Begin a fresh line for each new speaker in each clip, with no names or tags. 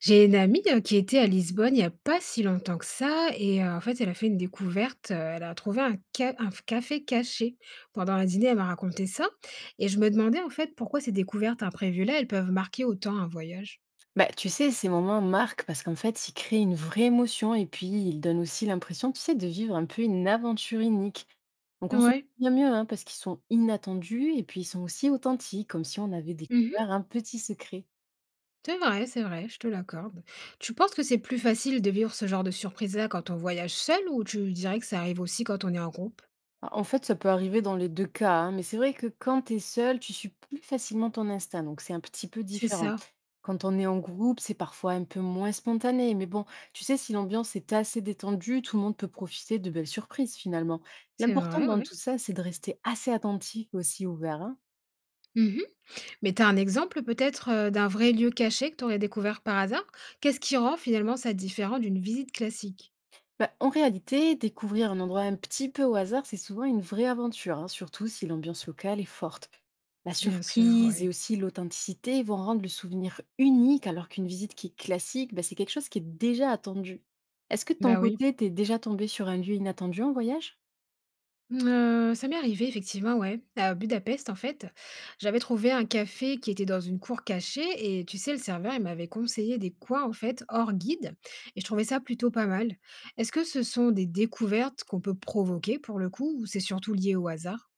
J'ai une amie, qui était à Lisbonne il n'y a pas si longtemps que ça et en fait, elle a fait une découverte, elle a trouvé un ca un f café caché. Pendant un dîner, elle m'a raconté ça et je me demandais, en fait, pourquoi ces découvertes imprévues-là, elles peuvent marquer autant un voyage?
Bah, tu sais, ces moments marquent parce qu'en fait, ils créent une vraie émotion et puis ils donnent aussi l'impression, tu sais, de vivre un peu une aventure unique. Donc on s'en
Ouais.
souvient mieux, hein, parce qu'ils sont inattendus et puis ils sont aussi authentiques, comme si on avait
Mmh.
découvert un petit secret.
C'est vrai, je te l'accorde. Tu penses que c'est plus facile de vivre ce genre de surprise-là quand on voyage seul ou tu dirais que ça arrive aussi quand on est en groupe?
Ah, en fait, ça peut arriver dans les deux cas, hein, mais c'est vrai que quand tu es seul, tu suis plus facilement ton instinct, donc c'est un petit peu
C'est
différent.
ça,
Quand on est en groupe, c'est parfois un peu moins spontané, mais bon, tu sais, si l'ambiance est assez détendue, tout le monde peut profiter de belles surprises finalement.
c'est
L'important
vrai,
dans
ouais.
tout ça, c'est de rester assez attentif et aussi ouvert, hein.
Mmh. Mais tu as un exemple peut-être d'un vrai lieu caché que tu aurais découvert par hasard? Qu'est-ce qui rend finalement ça différent d'une visite classique?
Bah, en réalité, découvrir un endroit un petit peu au hasard, c'est souvent une vraie aventure, hein, surtout si l'ambiance locale est forte. La
Bien sûr,
surprise
ouais.
et aussi l'authenticité vont rendre le souvenir unique, alors qu'une visite qui est classique, bah, c'est quelque chose qui est déjà attendu. Est-ce que de ton
Bah oui.
côté, t'es déjà tombé sur un lieu inattendu en voyage?
Ça m'est arrivé effectivement, ouais. À Budapest, en fait, j'avais trouvé un café qui était dans une cour cachée et tu sais, le serveur, il m'avait conseillé des coins en fait hors guide et je trouvais ça plutôt pas mal. Est-ce que ce sont des découvertes qu'on peut provoquer pour le coup ou c'est surtout lié au hasard?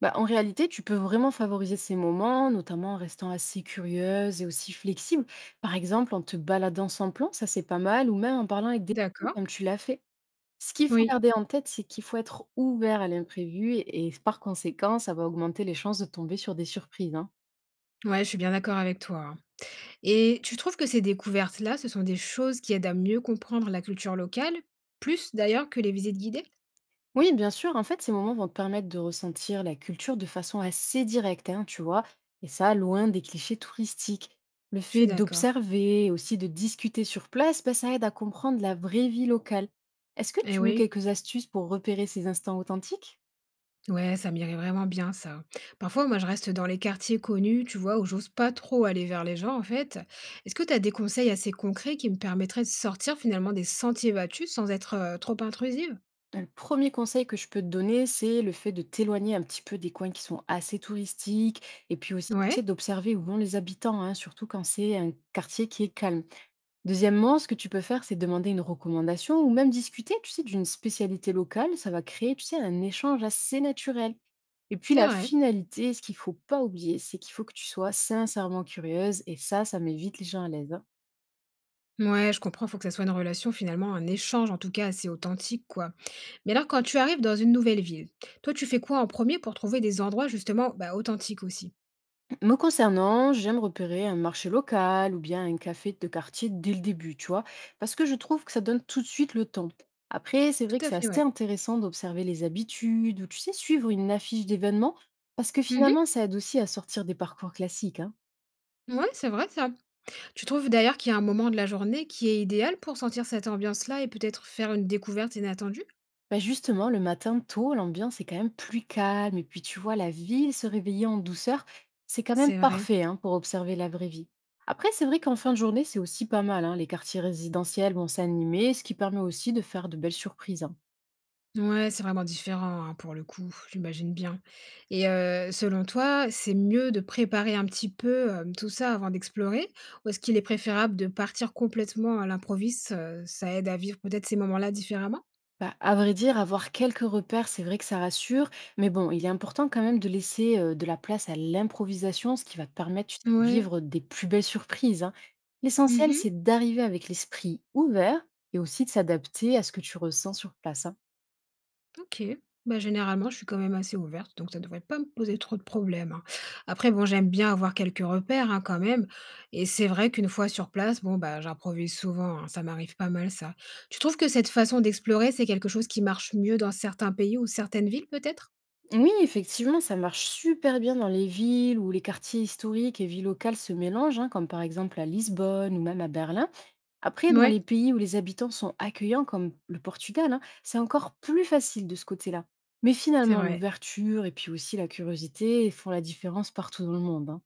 Bah, en réalité, tu peux vraiment favoriser ces moments, notamment en restant assez curieuse et aussi flexible. Par exemple, en te baladant sans plan, ça c'est pas mal, ou même en parlant avec des gens,
D'accord.
comme tu l'as fait. Ce qu'il faut
Oui.
garder en tête, c'est qu'il faut être ouvert à l'imprévu et s par conséquent, ça va augmenter les chances de tomber sur des surprises, hein.
Ouais, je suis bien d'accord avec toi, hein. Et tu trouves que ces découvertes-là, ce sont des choses qui aident à mieux comprendre la culture locale, plus d'ailleurs que les visites guidées?
Oui, bien sûr, en fait, ces moments vont te permettre de ressentir la culture de façon assez directe, hein, tu vois, et ça, loin des clichés touristiques. Le
Je suis
fait
d'accord.
d'observer, aussi de discuter sur place, ben ça aide à comprendre la vraie vie locale. Est-ce que
Eh
tu veux
oui,
quelques astuces pour repérer ces instants authentiques?
ouais, ça m'irait vraiment bien ça. Parfois, moi, je reste dans les quartiers connus, tu vois, où j'ose pas trop aller vers les gens, en fait. Est-ce que tu as des conseils assez concrets qui me permettraient de sortir finalement des sentiers battus sans être trop intrusive?
Bah, le premier conseil que je peux te donner, c'est le fait de t'éloigner un petit peu des coins qui sont assez touristiques et puis aussi, tu sais,
Ouais,
d'observer où vont les habitants, hein, surtout quand c'est un quartier qui est calme. Deuxièmement, ce que tu peux faire, c'est demander une recommandation ou même discuter, tu sais, d'une spécialité locale. Ça va créer, tu sais, un échange assez naturel. Et puis
c'est
la
vrai.
finalité, ce qu'il faut pas oublier, c'est qu'il faut que tu sois sincèrement curieuse et ça met vite les gens à l'aise, hein.
Ouais, je comprends, faut que ça soit une relation finalement, un échange en tout cas assez authentique, quoi. Mais alors, quand tu arrives dans une nouvelle ville, toi, tu fais quoi en premier pour trouver des endroits justement, bah, authentiques aussi?
Me concernant, j'aime repérer un marché local ou bien un café de quartier dès le début, tu vois, parce que je trouve que ça donne tout de suite le temps. Après, c'est
Tout
vrai que
à
c'est
fait,
assez
ouais.
intéressant d'observer les habitudes ou, tu sais, suivre une affiche d'événements, parce que
Mmh.
finalement, ça aide aussi à sortir des parcours classiques, hein.
Ouais, c'est vrai ça. Tu trouves d'ailleurs qu'il y a un moment de la journée qui est idéal pour sentir cette ambiance-là et peut-être faire une découverte inattendue?
Bah justement, le matin tôt, l'ambiance est quand même plus calme. Et puis, tu vois, la ville se réveiller en douceur, c'est quand même
C'est vrai.
parfait, hein, pour observer la vraie vie. Après, c'est vrai qu'en fin de journée, c'est aussi pas mal, hein. Les quartiers résidentiels vont s'animer, ce qui permet aussi de faire de belles surprises, hein.
Ouais, c'est vraiment différent, hein, pour le coup, j'imagine bien. Et selon toi, c'est mieux de préparer un petit peu, tout ça avant d'explorer? Ou est-ce qu'il est préférable de partir complètement à l'improviste, ça aide à vivre peut-être ces moments-là différemment?
Bah, à vrai dire, avoir quelques repères, c'est vrai que ça rassure, mais bon, il est important quand même de laisser de la place à l'improvisation, ce qui va te permettre, tu sais, de
Ouais.
vivre des plus belles surprises, hein. L'essentiel,
Mmh.
c'est d'arriver avec l'esprit ouvert et aussi de s'adapter à ce que tu ressens sur place, hein.
OK. Bah, généralement, je suis quand même assez ouverte, donc ça ne devrait pas me poser trop de problèmes, hein. Après bon, j'aime bien avoir quelques repères, hein, quand même et c'est vrai qu'une fois sur place, bon, bah, j'improvise souvent, hein, ça m'arrive pas mal ça. Tu trouves que cette façon d'explorer, c'est quelque chose qui marche mieux dans certains pays ou certaines villes peut-être?
Oui, effectivement, ça marche super bien dans les villes où les quartiers historiques et villes locales se mélangent, hein, comme par exemple à Lisbonne ou même à Berlin. Après, dans
Ouais,
les pays où les habitants sont accueillants, comme le Portugal, hein, c'est encore plus facile de ce côté-là. Mais
c'est
finalement,
vrai.
l'ouverture et puis aussi la curiosité font la différence partout dans le monde, hein.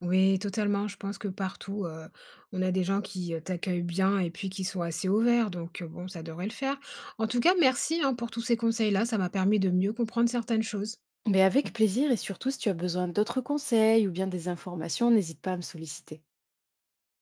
Oui, totalement, je pense que partout, on a des gens qui, t'accueillent bien et puis qui sont assez ouverts donc bon, ça devrait le faire. En tout cas, merci, hein, pour tous ces conseils-là, ça m'a permis de mieux comprendre certaines choses.
Mais avec plaisir et surtout, si tu as besoin d'autres conseils ou bien des informations, n'hésite pas à me solliciter.